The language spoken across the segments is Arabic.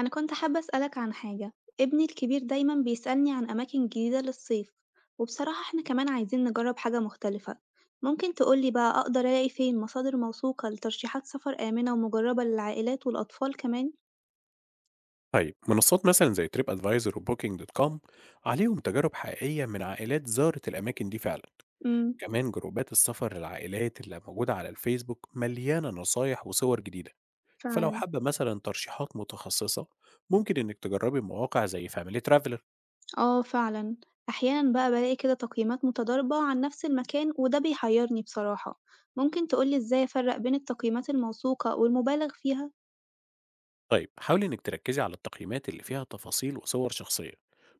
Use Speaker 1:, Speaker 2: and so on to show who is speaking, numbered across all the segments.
Speaker 1: أنا كنت حابة أسألك عن حاجة، ابني الكبير دايماً بيسألني عن أماكن جديدة للصيف، وبصراحة إحنا كمان عايزين نجرب حاجة مختلفة، ممكن تقولي بقى أقدر ألاقي فين مصادر موثوقة لترشيحات سفر آمنة ومجربة للعائلات والأطفال كمان؟
Speaker 2: طيب، منصات مثلا زي تريب ادفايزر وبوكينج دوت كوم عليهم تجارب حقيقيه من عائلات زارت الاماكن دي فعلا.
Speaker 1: امم.
Speaker 2: كمان جروبات السفر للعائلات اللي موجوده على الفيسبوك مليانه نصايح وصور جديده. فلو
Speaker 1: فعلاً.
Speaker 2: حابه مثلا ترشيحات متخصصه، ممكن انك تجربي مواقع زي فاميلي ترافلر.
Speaker 1: آه فعلاً، أحياناً بقى بلاقي كده تقييمات متضاربة عن نفس المكان وده بيحيرني بصراحة، ممكن تقولي إزاي أفرق بين التقييمات الموثوقة والمبالغ فيها؟
Speaker 2: طيب حاولي انك تركزي على التقييمات اللي فيها تفاصيل وصور شخصيه،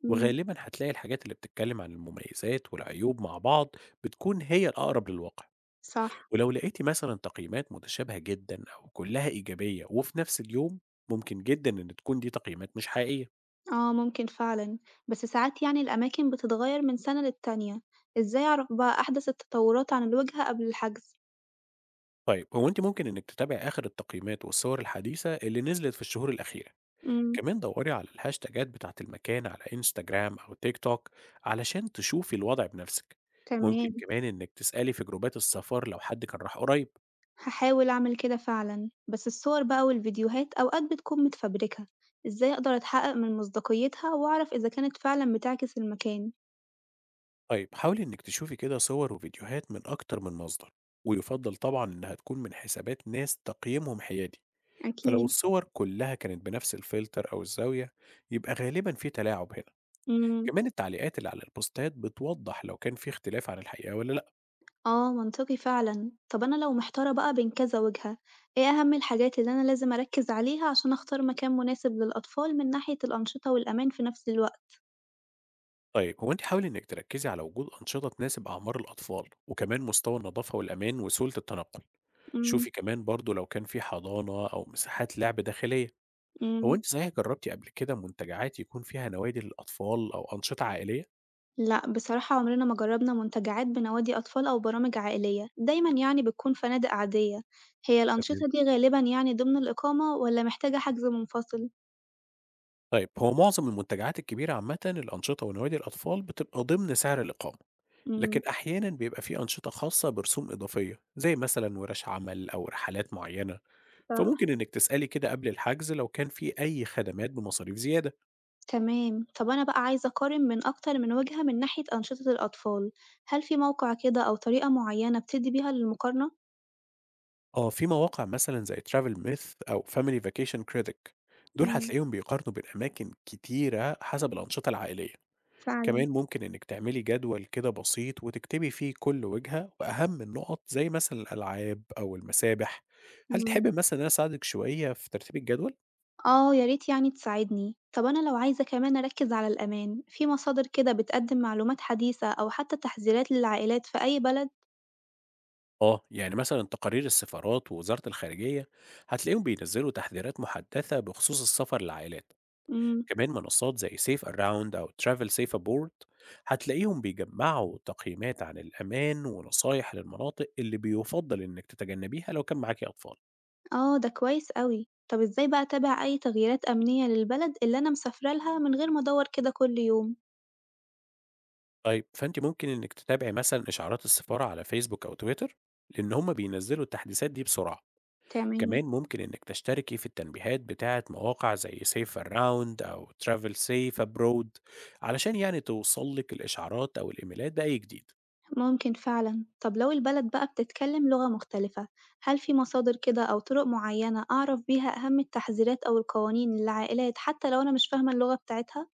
Speaker 1: امم.
Speaker 2: وغالبا هتلاقي الحاجات اللي بتتكلم عن المميزات والعيوب مع بعض بتكون هي الاقرب للواقع.
Speaker 1: صح.
Speaker 2: ولو لقيتي مثلا تقييمات متشابهة جدا أو كلها إيجابية وفي نفس اليوم، ممكن جدا إن تكون دي تقييمات مش حقيقية.
Speaker 1: آه ممكن فعلًا، بس ساعات يعني الأماكن بتتغير من سنة للتانية، إزاي أعرف بقى أحدث التطورات عن الوجهة قبل الحجز؟
Speaker 2: طيب، هو أنت ممكن إنك تتابع آخر التقييمات والصور الحديثة اللي نزلت في الشهور الأخيرة.
Speaker 1: إمم.
Speaker 2: كمان دوري على الهاشتاجات بتاعت المكان على إنستجرام أو تيك توك علشان تشوفي الوضع بنفسك. ممكن
Speaker 1: تمام.
Speaker 2: كمان إنك تسألي في جروبات السفر لو حد كان راح قريب.
Speaker 1: هاحاول أعمل كده فعلًا، بس الصور بقى والفيديوهات أوقات بتكون متفبركة، إزاي أقدر أتحقق من مصداقيتها وأعرف إذا كانت فعلًا بتعكس المكان؟
Speaker 2: طيب حاولي إنك تشوفي كده صور وفيديوهات من أكتر من مصدر، ويفضل طبعا إنها تكون من حسابات ناس تقييمهم حيادي. فلو
Speaker 1: أكيد.
Speaker 2: الصور كلها كانت بنفس الفلتر أو الزاوية، يبقى غالبا في تلاعب هنا.
Speaker 1: إمم.
Speaker 2: كمان التعليقات اللي على البوستات بتوضح لو كان في اختلاف عن الحقيقة ولا لا.
Speaker 1: آه منطقي فعلًا، طب أنا لو محتارة بقى بين كذا وجهة، إيه أهم الحاجات اللي أنا لازم أركز عليها عشان أختار مكان مناسب للأطفال من ناحية الأنشطة والأمان في نفس الوقت؟
Speaker 2: طيب، هو انت حاولي انك تركزي على وجود أنشطة تناسب أعمار الأطفال، وكمان مستوى النظافة والأمان وسهولة التنقل.
Speaker 1: إمم.
Speaker 2: شوفي كمان برضو لو كان في حضانة أو مساحات لعب داخلية. هو
Speaker 1: إمم.
Speaker 2: انت صحيح جربتي قبل كده منتجعات يكون فيها نوادي للأطفال أو أنشطة عائلية؟
Speaker 1: لأ، بصراحة عمرنا ما جرّبنا منتجعات بنوادي أطفال أو برامج عائلية، دايمًا يعني بتكون فنادق عادية. هي
Speaker 2: تمام.
Speaker 1: الأنشطة دي غالبًا يعني ضمن الإقامة والّا محتاجة حجز منفصل؟
Speaker 2: طيب، هو معظم المنتجعات الكبيرة عامة الأنشطة ونوادي الأطفال بتبقى ضمن سعر الإقامة. لكن
Speaker 1: إمم.
Speaker 2: أحيانًا بيبقى في أنشطة خاصة برسوم إضافية، زي مثلًا ورش عمل أو رحلات معينة،
Speaker 1: صح.
Speaker 2: فممكن إنِك تسألي كده قبل الحجز لو كان في أي خدمات بمصاريف زيادة.
Speaker 1: تمام. طب أنا بقى عايزة أقارن من أكتر من وجهة من ناحية أنشطة الأطفال، هل في موقع كده أو طريقة معيّنة بتدّي بيها للمقارنة؟
Speaker 2: آه، في مواقع مثلًا زي travel myth أو family vacation critic، دول
Speaker 1: إمم.
Speaker 2: هتلاقيهم بيقارنوا بين أماكن كتيرة حسب الأنشطة العائلية.
Speaker 1: فعلًا.
Speaker 2: كمان ممكن إنِك تعملي جدول كده بسيط وتكتبي فيه كل وجهة وأهم النقط زي مثلًا الألعاب أو المسابح. هل
Speaker 1: إمم.
Speaker 2: تحبي مثلًا إن أنا أساعدِك شوية في ترتيب الجدول؟
Speaker 1: آه، يا ريت يعني تساعدني. طب أنا لو عايزة كمان أركز على الأمان، في مصادر كده بتقدم معلومات حديثة أو حتى تحذيرات للعائلات في أي بلد؟
Speaker 2: آه، يعني مثلًا تقارير السفارات ووزارة الخارجية هتلاقيهم بينزّلوا تحذيرات محدثة بخصوص السفر للعائلات.
Speaker 1: امم.
Speaker 2: كمان منصات زي safe around أو travel safe abroad هتلاقيهم بيجمّعوا تقييمات عن الأمان ونصايح للمناطق اللي بيُفضّل إنِّك تتجنّبيها لو كان معاكِ أطفال.
Speaker 1: آه ده كويس أوي. طب إزاي بقى أتابع أي تغييرات أمنية للبلد اللي أنا مسافرة لها من غير ما أدور كده كل يوم؟
Speaker 2: طيب، فأنتِ ممكن إنِّك تتابعي مثلًا إشعارات السفارة على فيسبوك أو تويتر، لإن هم بينزّلوا التحديثات دي بسرعة.
Speaker 1: تمام.
Speaker 2: كمان ممكن إنك تشتركي في التنبيهات بتاعة مواقع زي سيف أراوند أو ترافل سيف أبرود علشان يعني توصلك الإشعارات أو الإيميلات بأي جديد.
Speaker 1: ممكن فعلا. طب لو البلد بقى بتتكلم لغة مختلفة، هل في مصادر كده أو طرق معينة أعرف بيها أهم التحذيرات أو القوانين للعائلات حتى لو أنا مش فاهمة اللغة بتاعتها؟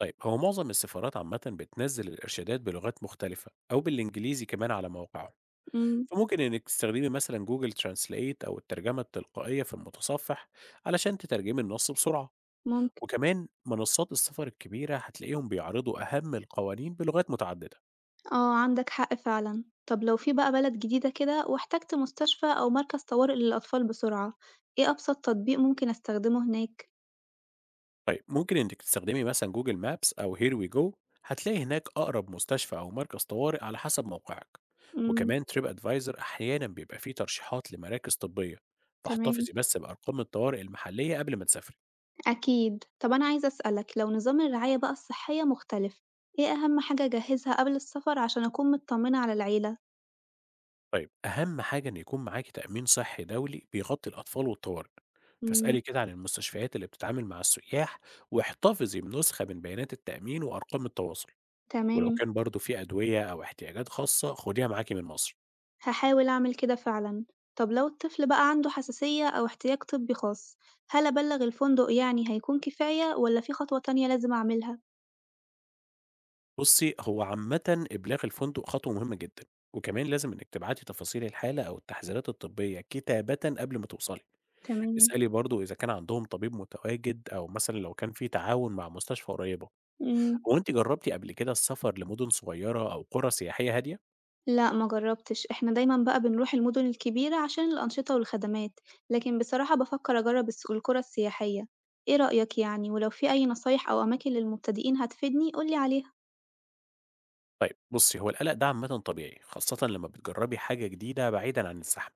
Speaker 2: طيب، هو معظم السفارات عامة بتنزل الإرشادات بلغات مختلفة أو بالإنجليزي كمان على موقعهم،
Speaker 1: امم.
Speaker 2: فممكن إنك تستخدمي مثلا جوجل ترانسليت أو الترجمة التلقائية في المتصفح علشان تترجمي النص بسرعة.
Speaker 1: ممكن.
Speaker 2: وكمان منصات السفر الكبيرة هتلاقيهم بيعرضوا أهم القوانين بلغات متعددة.
Speaker 1: آه عندك حق فعلًا، طب لو في بقى بلد جديدة كده واحتجت مستشفى أو مركز طوارئ للأطفال بسرعة، إيه أبسط تطبيق ممكن أستخدمه هناك؟
Speaker 2: طيب، ممكن إنِّك تستخدمي مثلًا جوجل مابس أو here we go، هتلاقي هناك أقرب مستشفى أو مركز طوارئ على حسب موقعك.
Speaker 1: إمم.
Speaker 2: وكمان تريب أدفايزر أحيانًا بيبقى فيه ترشيحات لمراكز طبية،
Speaker 1: تمام.
Speaker 2: فاحتفظي بس بأرقام الطوارئ المحلية قبل ما تسافري.
Speaker 1: أكيد. طب أنا عايزة أسألك لو نظام الرعاية بقى الصحية مختلف، إيه أهم حاجة أجهزها قبل السفر عشان أكون مطمنة على العيلة؟
Speaker 2: طيب، أهم حاجة إن يكون معاكِ تأمين صحي دولي بيغطي الأطفال والطوارئ، فاسألي
Speaker 1: إمم.
Speaker 2: كده عن المستشفيات اللي بتتعامل مع السياح، واحتفظي بنسخة من بيانات التأمين وأرقام التواصل. ولو
Speaker 1: تمام.
Speaker 2: كان برضه في أدوية أو احتياجات خاصة خديها معاكِ من مصر.
Speaker 1: هاحاول أعمل كده فعلًا. طب لو الطفل بقى عنده حساسية أو احتياج طبي خاص، هل أبلغ الفندق يعني هيكون كفاية والّا في خطوة تانية لازم أعملها؟
Speaker 2: بُصّي، هو عامةً إبلاغ الفندق خطوة مهمة جدًا، وكمان لازم إنِّك تبعتي تفاصيل الحالة أو التحذيرات الطبية كتابةً قبل ما توصلي.
Speaker 1: تمام.
Speaker 2: اسألي برضه إذا كان عندهم طبيب متواجد أو مثلًا لو كان في تعاون مع مستشفى قريبة.
Speaker 1: إمم.
Speaker 2: هو أنتِ جربتِ قبل كده السفر لمدن صغيرة أو قرى سياحية هادية؟
Speaker 1: لأ، ما جرّبتش. إحنا دايمًا بقى بنروح المدن الكبيرة عشان الأنشطة والخدمات، لكن بصراحة بافكّر أجرّب الس القرى السياحية. إيه رأيك يعني؟ ولو في أي نصايح أو أماكن للمبتدئين هتفيدني قُل لي عليها.
Speaker 2: طيب بُصّي، هو القلق ده عامةً طبيعي، خاصةً لمّا بتجربي حاجة جديدة بعيدًا عن الزحمة،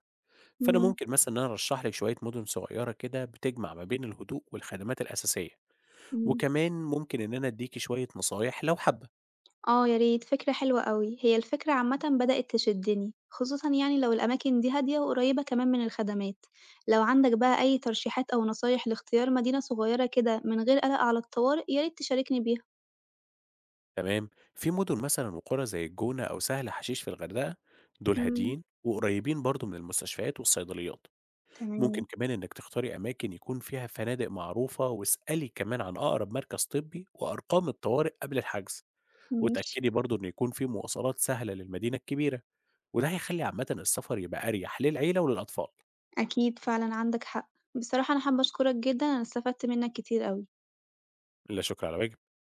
Speaker 2: فأنا
Speaker 1: إمم.
Speaker 2: ممكن مثلًا إن أنا أرشح لِك شوية مدن صغيرة كده بتجمع ما بين الهدوء والخدمات الأساسية.
Speaker 1: إمم.
Speaker 2: وكمان ممكن إن أنا أدّيكِ شوية نصايح لو حابة.
Speaker 1: آه، يا ريت، فكرة حلوة أوي. هي الفكرة عامةً بدأت تشدّني، خصوصًا يعني لو الأماكن دي هادية وقريّبة كمان من الخدمات. لو عندك بقى أي ترشيحات أو نصايح لاختيار مدينة صغيرة كده من غير قلق على الطوارئ، يا ريت تشاركني بيها.
Speaker 2: تمام. في مدن مثلا وقرى زي الجونة أو سهل حشيش في الغردقة، دول
Speaker 1: إمم.
Speaker 2: هاديين وقريبين برضو من المستشفيات والصيدليات. ممكن
Speaker 1: تمام.
Speaker 2: كمان إنك تختاري أماكن يكون فيها فنادق معروفة، واسألي كمان عن أقرب مركز طبي وأرقام الطوارئ قبل الحجز.
Speaker 1: ماشي.
Speaker 2: وتأكدي برضو إن يكون في مواصلات سهلة للمدينة الكبيرة، وده هيخلي عامة السفر يبقى أريح للعيلة وللأطفال.
Speaker 1: أكيد فعلًا عندك حق. بصراحة أنا حابة أشكرك جدًا، أنا استفدت منّك كتير أوي.
Speaker 2: لا شكر على واجب.